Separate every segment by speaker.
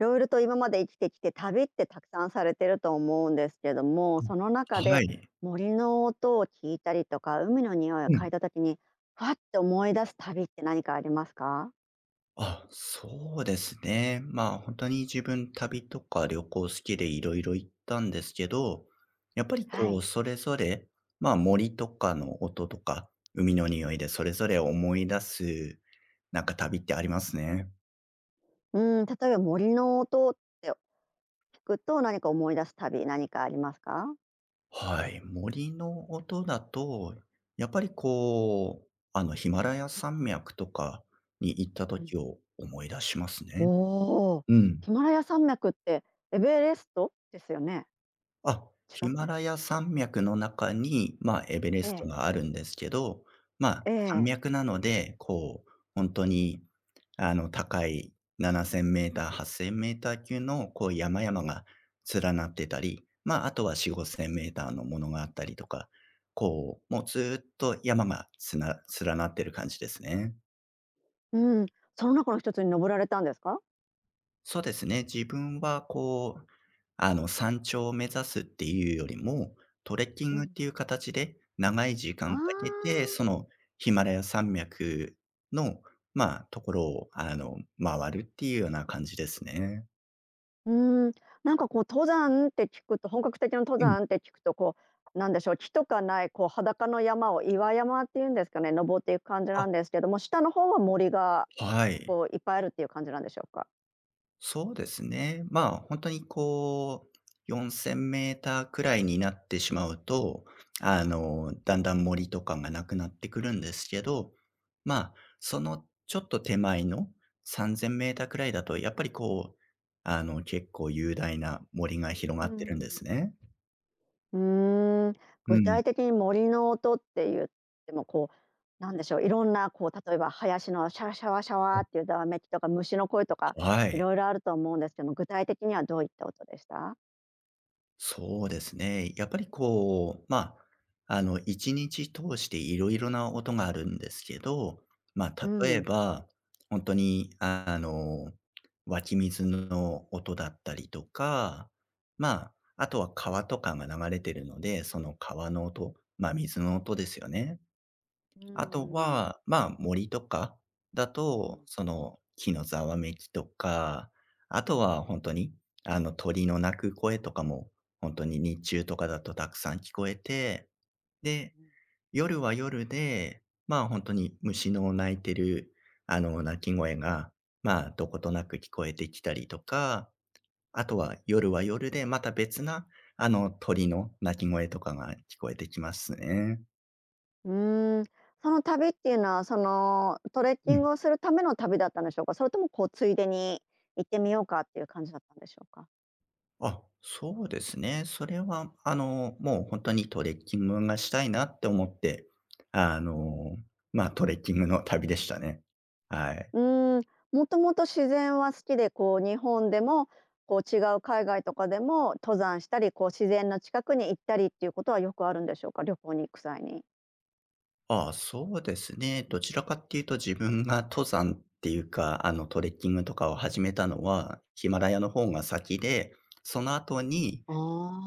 Speaker 1: いろいろと今まで生きてきて、旅ってたくさんされてると思うんですけども、その
Speaker 2: あ、
Speaker 1: 中
Speaker 2: は
Speaker 1: で
Speaker 2: い。
Speaker 1: 森の音を聞いたりとか、海の匂いを
Speaker 2: う
Speaker 1: 嗅
Speaker 2: ん。
Speaker 1: いだ時に、ふわって思い出す旅って何かありますか？
Speaker 2: あ、そうですね。まあ、本当に自分旅とか旅行好きでいろいろ行ったんですけど、やっぱり
Speaker 1: は
Speaker 2: こう、
Speaker 1: い。
Speaker 2: それぞれ、まあ、森とかの音とか、海の匂いでそれぞれ思い出す、なんか旅ってありますね。
Speaker 1: うん、例えば森の音って聞くと何か思い出す旅、何かありますか？
Speaker 2: はい。森の音だと、やっぱりこう、ヒマラヤ山脈とかに行った
Speaker 1: うん。
Speaker 2: 時を思い出しますね。
Speaker 1: おお、
Speaker 2: うん。
Speaker 1: ヒマラヤ山脈ってエベレストですよね？
Speaker 2: あ、
Speaker 1: 違
Speaker 2: ヒ
Speaker 1: っ
Speaker 2: マ
Speaker 1: た？
Speaker 2: ラヤ山脈の中に、まあ、エベレ
Speaker 1: え
Speaker 2: スト
Speaker 1: え。
Speaker 2: があるんですけど、まあ、
Speaker 1: え
Speaker 2: 山
Speaker 1: え。
Speaker 2: 脈なので、こう、本当に、高い 7000m、8000m 級の、こう、山々が連なってたり、まあ、あとは4、5000m のものがあったりとか、こう、もうずーっと山が連なってる感じですね。
Speaker 1: うん、その中の一つに登られたんですか？
Speaker 2: そうですね。自分はこう、山頂を目指すっていうよりも、トレッキ
Speaker 1: う
Speaker 2: ングっ
Speaker 1: ん。
Speaker 2: ていう形で長い時
Speaker 1: あ
Speaker 2: 間かけて、そ
Speaker 1: あ。
Speaker 2: のヒマラヤ山脈の、まあ、ところを、回るっていうような感じですね。
Speaker 1: うーん、なんかこう登山って聞くと本格的な登
Speaker 2: うん。
Speaker 1: 山って聞くとこう、なんでしょう、木とかないこう裸の山を岩山っていうんですかね、登っていく感じ
Speaker 2: あ、
Speaker 1: なんですけども、下の方は森が
Speaker 2: はい。
Speaker 1: こういっぱいあるっていう感じなんでしょうか？
Speaker 2: そうですね。まあ、本当にこう、4 0 0 0ーターくらいになってしまうと、だんだん森とかがなくなってくるんですけど、まあ、そのちょっと手前の3 0 0 0ーターくらいだと、やっぱりこう、結構雄大な森が広
Speaker 1: う
Speaker 2: がってるんです
Speaker 1: ん。
Speaker 2: ね。
Speaker 1: うーん、
Speaker 2: う
Speaker 1: 具
Speaker 2: ん。
Speaker 1: 体的に森の音って言ってもこう、なんでしょう、いろんなこう例えば林のシャワシャワシャワ
Speaker 2: あ、
Speaker 1: っていうざわめきとか虫の声とか
Speaker 2: は
Speaker 1: い
Speaker 2: い。
Speaker 1: ろいろあると思うんですけども、具体的にはどういった音でした？
Speaker 2: そうですね。やっぱりこう、まあ、1日通していろいろな音があるんですけど、ま
Speaker 1: う
Speaker 2: あ、例え
Speaker 1: ん。
Speaker 2: ば、本当に、湧き水の音だったりとか、まあ、あとは川とかが流れてるので、その川の音、まあ、水の音ですよね。
Speaker 1: う
Speaker 2: あと
Speaker 1: ん、
Speaker 2: は、まあ、森とかだ
Speaker 1: う
Speaker 2: と、
Speaker 1: ん。
Speaker 2: その、木のざわめきとか、あとは本当に、鳥の鳴く声とかも、本当に日中とかだとたくさん聞こえて、で、夜は夜で、まあ、本当に虫の鳴いてる、鳴き
Speaker 1: うん、
Speaker 2: 声が、まあ、どことなく聞こえてきたりとか、あとは夜は夜でまた別な、鳥の鳴き声とかが聞こえてきますね。
Speaker 1: うーん、その旅っていうのは、そのトレッキ
Speaker 2: う
Speaker 1: ン
Speaker 2: ん。
Speaker 1: グをするための旅だったんでしょうか？それともこうついでに行ってみようかっていう感じだったんでしょうか？
Speaker 2: あ、そうですね。それは、もう本当にトレッキングがしたいなって思って、あの、トレッキングの旅でしたね。はい。
Speaker 1: うーん、もともと自然は好きで、こう日本でも、こう違う海外とかでも登山したり、こう自然の近くに行ったりっていうことはよくあるんでしょうか？旅行に行く際に。
Speaker 2: ああ、そうですね。どちらかっていうと自分が登山っていうか、トレッキングとかを始めたのは、ヒマラヤの方が先で、その後に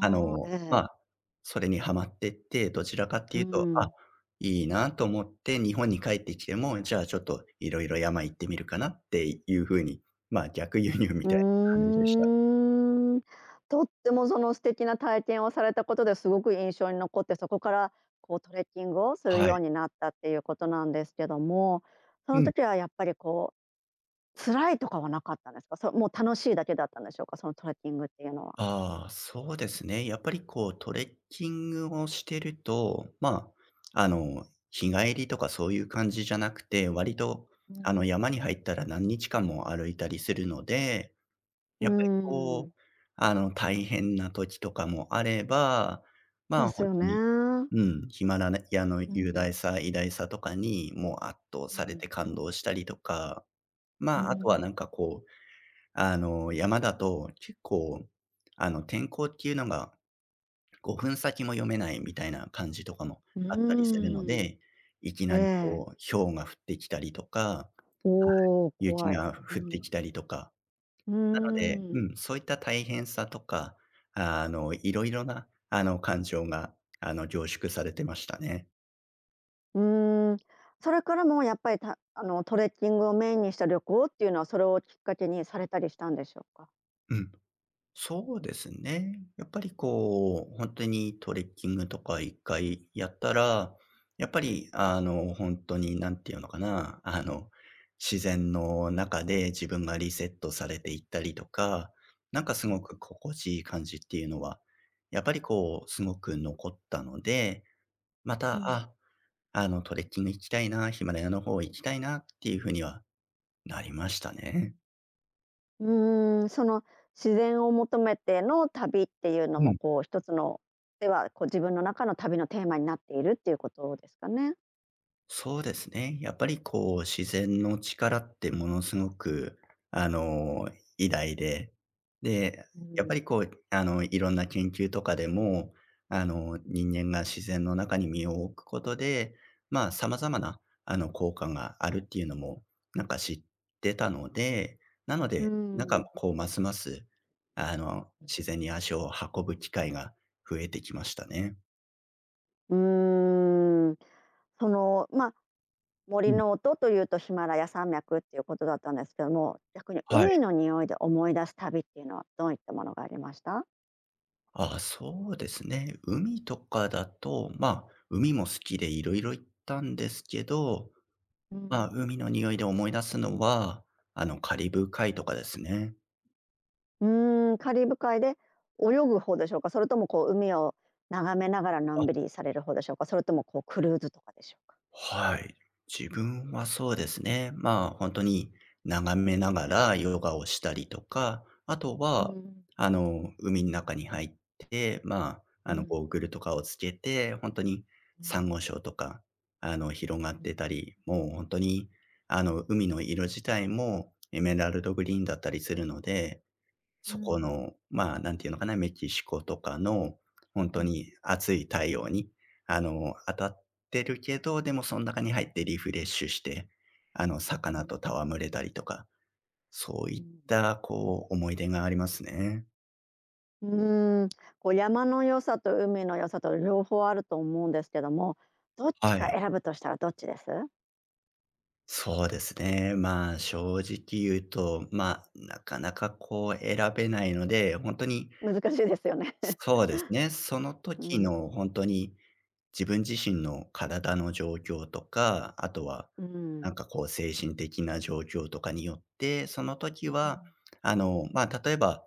Speaker 1: あ、え
Speaker 2: まあ、
Speaker 1: え。
Speaker 2: それにはまって、どちらかっ
Speaker 1: う
Speaker 2: ていうと、あ、
Speaker 1: ん。
Speaker 2: いいなと思って日本に帰ってきても、じゃあちょっといろいろ山行ってみるかなっていう風に、まあ、逆輸入み
Speaker 1: う
Speaker 2: たいな感じでした。
Speaker 1: ーん。とってもその素敵な体験をされたことですごく印象に残って、そこからこうトレッキングをする
Speaker 2: は
Speaker 1: よ
Speaker 2: い。
Speaker 1: うになったっていうことなんですけども、そ
Speaker 2: う
Speaker 1: の
Speaker 2: ん。
Speaker 1: 時はやっぱりこう辛いとかはなかったんですか？もう楽しいだけだったんでしょうか？そのトレッキングっていうのは。
Speaker 2: ああ、そうですね。やっぱりこうトレッキングをしてると、まあ、日帰りとかそういう感じじゃなくて、割と
Speaker 1: うん。
Speaker 2: 山に入ったら何日間も歩いたりするので
Speaker 1: うー
Speaker 2: やっぱりこ
Speaker 1: ん、
Speaker 2: う、大変な時とかもあれば、ま
Speaker 1: で
Speaker 2: あ、
Speaker 1: す
Speaker 2: ほん
Speaker 1: よ
Speaker 2: とに、
Speaker 1: ね。
Speaker 2: うん、ヒマラヤの
Speaker 1: う
Speaker 2: 雄
Speaker 1: ん、
Speaker 2: 大さ、偉大さとかにもう圧倒
Speaker 1: う
Speaker 2: され
Speaker 1: ん、
Speaker 2: て感動したりとか、
Speaker 1: う
Speaker 2: まあ、あとは
Speaker 1: ん。
Speaker 2: なんかこう、山だと結構、天候っていうのが5分先も読めないみたいな感じとかも
Speaker 1: う
Speaker 2: あったりするの
Speaker 1: ーん。
Speaker 2: で、いき
Speaker 1: え
Speaker 2: なり
Speaker 1: え。
Speaker 2: こう、雹が降ってきたりとかは
Speaker 1: おおー、
Speaker 2: い、雪
Speaker 1: 怖い。
Speaker 2: が
Speaker 1: う
Speaker 2: 降って
Speaker 1: ん。
Speaker 2: きたりとか
Speaker 1: うー
Speaker 2: なので、う
Speaker 1: ん。
Speaker 2: ん、そういった大変さとか、いろいろな、感情が、凝縮されてましたね。
Speaker 1: うーん、それからもやっぱり、たあの、トレッキングをメインにした旅行っていうのは、それをきっかけにされたりしたんでしょうか？
Speaker 2: うん。そうですね。やっぱりこう、本当にトレッキングとか一回やったら、やっぱり、になんていうのかな、自然の中で自分がリセットされていったりとか、なんかす
Speaker 1: う
Speaker 2: ご
Speaker 1: ん、
Speaker 2: く心地いい感じっていうのは、やっぱりこう、すごく残ったので、ま
Speaker 1: う
Speaker 2: た、
Speaker 1: ん。
Speaker 2: トレッキング行きたいな、ヒマラヤの方行きたいなっていう風にはなりましたね。
Speaker 1: うーん、その自然を求めての旅っていうの
Speaker 2: う
Speaker 1: も、
Speaker 2: ん。
Speaker 1: こう、一つのでは、こう、自分の中の旅のテーマになっているっていうことですかね？
Speaker 2: そうですね。やっぱりこう、自然の力ってものすごく、あの、偉大で、で、
Speaker 1: う
Speaker 2: やっぱり
Speaker 1: ん、
Speaker 2: こう、いろんな研究とかでも、人間が自然の中に身を置くことで、まあ、様々な、効果があるっていうのも、なんか知ってたので、なの
Speaker 1: うー
Speaker 2: で、なんか
Speaker 1: ん。
Speaker 2: こう、ますます、自然に足を運ぶ機会が増えてきましたね。
Speaker 1: うーん、その、ま、森
Speaker 2: うん、
Speaker 1: の音というとヒマラヤ山脈っていうことだったんですけども、逆に
Speaker 2: は
Speaker 1: 海
Speaker 2: い。
Speaker 1: の匂いで思い出す旅っていうのはどういったものがありました？
Speaker 2: あ、そうですね。海とかだと、まあ、海も好きでいろいろ行ったんですけど、
Speaker 1: う
Speaker 2: まあ、
Speaker 1: ん。
Speaker 2: 海の匂いで思い出すのは、カリブ海とかですね。
Speaker 1: うーん、カリブ海で泳ぐ方でしょうか？それともこう海を眺めながらのんびりされる方でしょうか？それともこうクルーズとかでしょうか？
Speaker 2: はい。自分はそうですね。まあ、本当に眺めながらヨガをしたりとか、あとは、海の中に入って、まあ、ゴーグルとかをつけて、本当にサンゴ礁とか、広がってたり、もう本当に、海の色自体もエメラルドグリーンだったりするので、そこの、まあ、なんていうのかな、メキシコとかの、本当に暑い太陽に、当たってるけど、でもその中に入ってリフレッシュして、魚と戯れたりとか、そういった、こう、思い出がありますね。
Speaker 1: うーん、こう山の良さと海の良さと両方あると思うんですけども、どっち
Speaker 2: は
Speaker 1: か
Speaker 2: い。
Speaker 1: 選ぶとしたらどっちです？
Speaker 2: そうですね。まあ、正直言うと、まあ、なかなかこう選べないので、本当に、
Speaker 1: 難しいですよね。
Speaker 2: そうですね、その
Speaker 1: う
Speaker 2: 時
Speaker 1: ん、
Speaker 2: の本当に自分自身の体の状況とか、あとは、
Speaker 1: う
Speaker 2: な
Speaker 1: ん、
Speaker 2: んかこう精神的な状況とかによって、その時は、まあ、例えば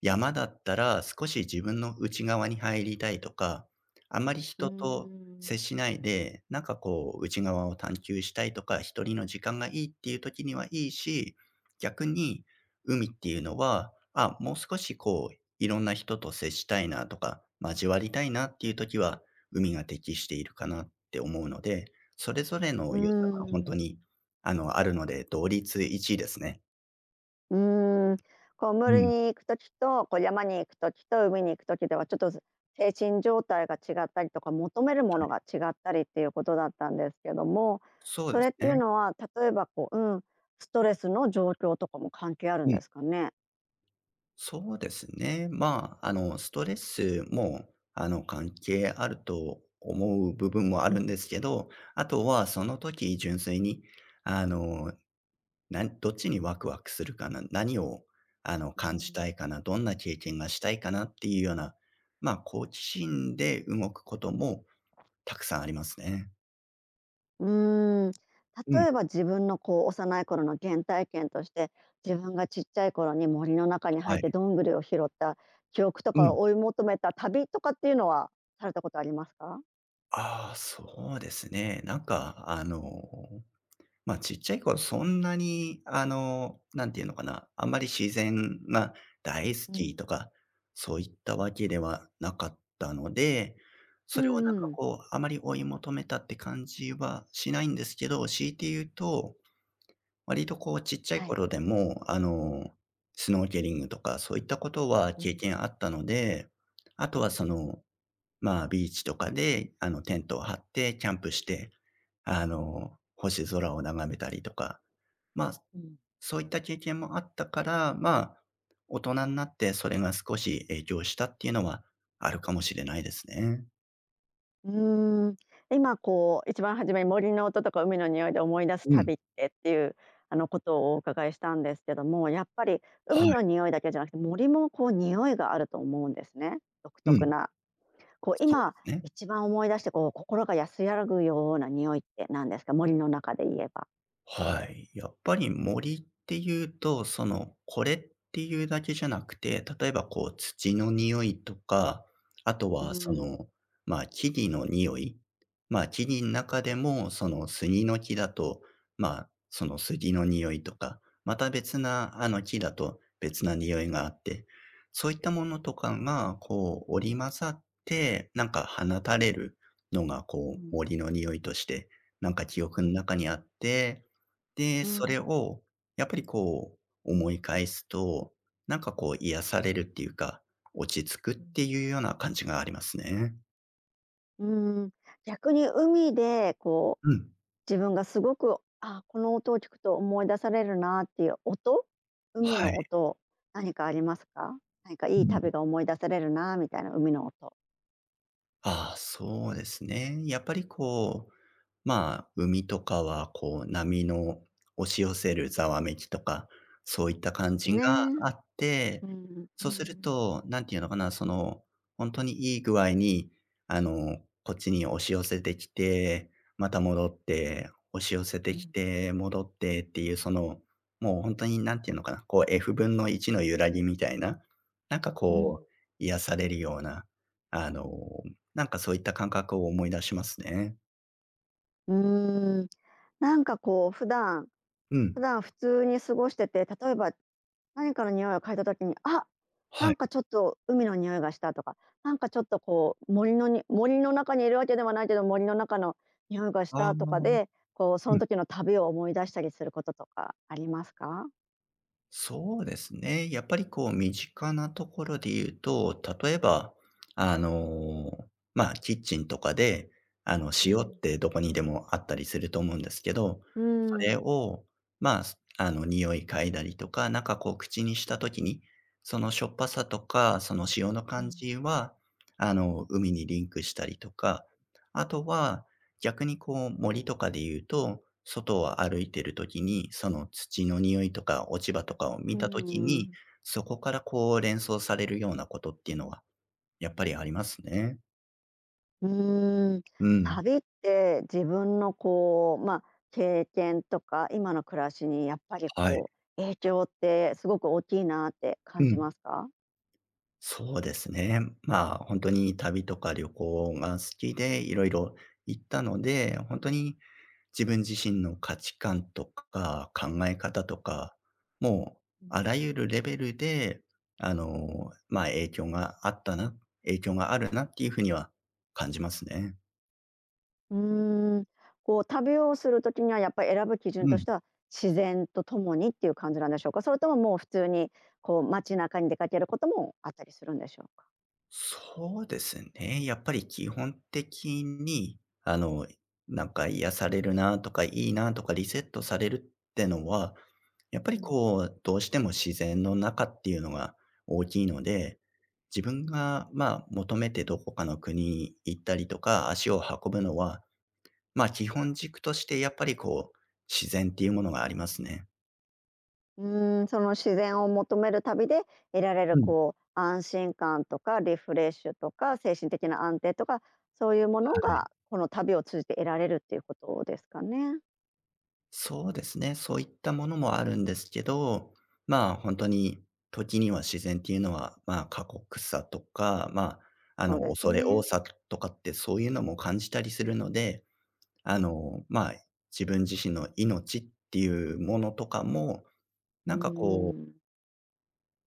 Speaker 2: 山だったら少し自分の内側に入りたいとか、あんまり
Speaker 1: う
Speaker 2: 人と
Speaker 1: ん、
Speaker 2: 接しないで、なんかこう内側を探求したいとか、一人の時間がいいっていう時にはいいし、逆に海っていうのは、あ、もう少しこういろんな人と接したいなとか、交わりたいなっていう時は海が適しているかなって思うので、それぞれ
Speaker 1: う
Speaker 2: の良さが本当
Speaker 1: ん。
Speaker 2: に、あるので、同率一位ですね。
Speaker 1: うーん、こう
Speaker 2: う
Speaker 1: 森
Speaker 2: ん。
Speaker 1: に行く時と、こう山に行く時と海に行く時では、ちょっとず精神状態が違ったりとか、求めるも
Speaker 2: は
Speaker 1: の
Speaker 2: い、
Speaker 1: が違ったりっていうことだったんですけども、
Speaker 2: そう
Speaker 1: そ
Speaker 2: です
Speaker 1: れっていう
Speaker 2: ね。
Speaker 1: のは、例えばこう、うん、ストレスの状況とかも関係あるんですかね？
Speaker 2: そうですね。まあ、ストレスも、関係あると思う部分もあるんですけど、あとはその時純粋に、あの、どっちにワクワクするかな、何を、感じたいかな、どんな経験がしたいかなっていうような、まあ、好奇心で動くこともたくさんありますね。
Speaker 1: うーん、
Speaker 2: う
Speaker 1: 例
Speaker 2: ん、
Speaker 1: えば自分のこう幼い頃の原体験として、自分がちっちゃい頃に森の中に入
Speaker 2: は
Speaker 1: っ
Speaker 2: い。
Speaker 1: てどんぐりを拾った記憶と
Speaker 2: う
Speaker 1: か
Speaker 2: ん。
Speaker 1: を追い求めた旅とかっていうのは、されたことありますか？
Speaker 2: ああ、そうですね。まあ、ちっちゃい頃そんなに、なんていうのかな、あんまり自然が大好きとか、そういったわけではなかったので、
Speaker 1: う
Speaker 2: それをなん
Speaker 1: んう
Speaker 2: か
Speaker 1: ん。
Speaker 2: こう、あまり追い求めたって感じはしないんですけど、強いて言うと、割とこうちっちゃい
Speaker 1: はい。
Speaker 2: 頃でも、スノーケリングとかそういったことは経験あったので、あとはその、まあ、ビーチとかで、テントを張ってキャンプして、星空を眺めたりとか、まあ、そういった経験もあったから、まあ、大人になってそれが少し影響したっていうのはあるかもしれないですね。
Speaker 1: うーん、今こう一番初めに森の音とか海の匂いで思い出す
Speaker 2: うん、
Speaker 1: 旅ってっていうあのことをお伺いしたんですけども、やっぱり
Speaker 2: は
Speaker 1: 海の
Speaker 2: い、
Speaker 1: 匂いだけじゃなくて森もこう匂いがあると思うんですね。独
Speaker 2: う
Speaker 1: 特
Speaker 2: ん、
Speaker 1: な。こう
Speaker 2: そう
Speaker 1: 今
Speaker 2: ですね。
Speaker 1: 一番思い出してこう心が安らぐような匂いって何ですか？森の中で言えば。
Speaker 2: はい。やっぱり森っていうと、その、これっていうだけじゃなくて、例えばこう土の匂いとか、あと
Speaker 1: う
Speaker 2: はそ
Speaker 1: ん。。
Speaker 2: の、ま、木々の匂い。ま、木々の中でも、その杉の木だと、その杉の匂いとか、また別なあの木だと別な匂いがあって、そういったものとかがこう織り交ざって、なんか放たれるのがこう森の匂いとして、なんか記憶の中にあってで、それをやっぱりこう思い返すと、なんかこう癒されるっていうか、落ち着くっていうような感じがありますね。
Speaker 1: うん。逆に海でこう
Speaker 2: うん。
Speaker 1: 自分がすごく、あ、この音を聞くと思い出されるなっていう音、海
Speaker 2: は
Speaker 1: の
Speaker 2: い。
Speaker 1: 音、何かありますか？何か
Speaker 2: う
Speaker 1: いい
Speaker 2: ん。
Speaker 1: 旅が思い出されるなみたいな海の音
Speaker 2: ああ、そうですね。やっぱりこうまあ、海とかはこう波の押し寄せるざわめきとか、そういった感
Speaker 1: です
Speaker 2: じが
Speaker 1: ね。
Speaker 2: あって、そうすると、何て言うのかな、本当にいい具合に、あの、こっちに押し寄せてきて、また戻って、押し寄せてきて、戻ってっていう、もう本当に何て言うのかな、こう F 分の1の揺らぎみたいな、なんかこう、癒されるような、あの、なんかそういった感覚を思い出しますね。
Speaker 1: うーん、なんかこう普段
Speaker 2: う
Speaker 1: 普
Speaker 2: ん。
Speaker 1: 段普通に過ごしてて、例えば何かの匂いを嗅いだ時に、あ、な
Speaker 2: は
Speaker 1: ん
Speaker 2: い。
Speaker 1: かちょっと海の匂いがしたとか、なんかちょっとこう森の中にいるわけではないけど、森の中の匂いがし
Speaker 2: ああ、
Speaker 1: たとかで、こうそ
Speaker 2: う
Speaker 1: の
Speaker 2: ん。
Speaker 1: 時の旅を思い出したりすることとかありますか？
Speaker 2: そうですね。やっぱりこう身近なところで言うと、例えば、あの、まあ、キッチンとかで、あの、塩ってどこにでもあったりすると思うんですけど、それを、まあ、すあの、匂い嗅いだりとか、なんかこう口にした時に、そのしょっぱさとか、その塩の感じは、海にリンクしたりとか、あとは逆にこう森とかで言うと、外を歩いてる時に、その土の匂いとか落ち葉とかを見た時に、そこからこう連想されるようなことっていうのはやっぱりありますね。
Speaker 1: うーん、
Speaker 2: うん。
Speaker 1: 旅って自分のこう、まあ、経験とか、今の暮らしにやっぱり
Speaker 2: はい。
Speaker 1: こう、影響ってすごく大きいなって
Speaker 2: う
Speaker 1: 感じ
Speaker 2: ん。
Speaker 1: ますか？
Speaker 2: そうですね。まあ、本当に旅とか旅行が好きで、いろいろ行ったので、本当に自分自身の価値観とか考え方とか、もうあらゆるレベルで、まあ、影響があるなっていうふうには感じますね。
Speaker 1: うーん、こう旅をするときにはやっぱり選ぶ基準
Speaker 2: う
Speaker 1: とし
Speaker 2: ん。
Speaker 1: ては、自然とともにっていう感じなんでしょうか？それとももう普通にこう街中に出かけることもあったりするんでしょうか？
Speaker 2: そうですね。やっぱり基本的に、あの、なんか癒されるなとか、いいなとか、リセットされるってのは、やっぱりこう、どうしても自然の中っていうのが大きいので、自分が、まあ、求めてどこかの国に行ったりとか、足を運ぶのは、まあ、基本軸としてやっぱりこう、自然っていうものがありますね。
Speaker 1: うーん、その自然を求める旅で得られる
Speaker 2: うん、
Speaker 1: こう安心感とかリフレッシュとか精神的な安定とかそういうもの
Speaker 2: はい。
Speaker 1: がこの旅を通じて得られるっていうことですかね。
Speaker 2: そうですね。そういったものもあるんですけど、まあ、本当に時には自然っていうのは、まあ、過酷さとか、
Speaker 1: そうです
Speaker 2: 恐れ多
Speaker 1: ね。
Speaker 2: さとかってそういうのも感じたりするので、あの、まあ、自分自身の命っていうものとかも、なんかこう、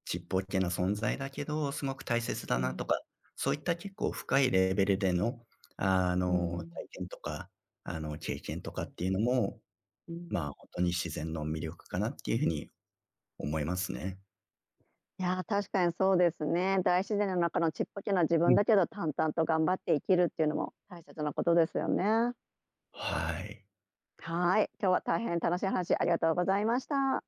Speaker 2: ちっぽけな存在だけど、すごく大切だなとか、そういった結構深いレベルでの、体験とか、経験とかっていうのも、まあ、ほんとに自然の魅力かなっていう風に思いますね。
Speaker 1: いやー、確かにそうですね。大自然の中のちっぽけな自
Speaker 2: う
Speaker 1: 分
Speaker 2: ん。
Speaker 1: だけど淡々と頑張って生きるっていうのも大切なことですよね。
Speaker 2: はい。
Speaker 1: はい、今日は大変楽しい話ありがとうございました。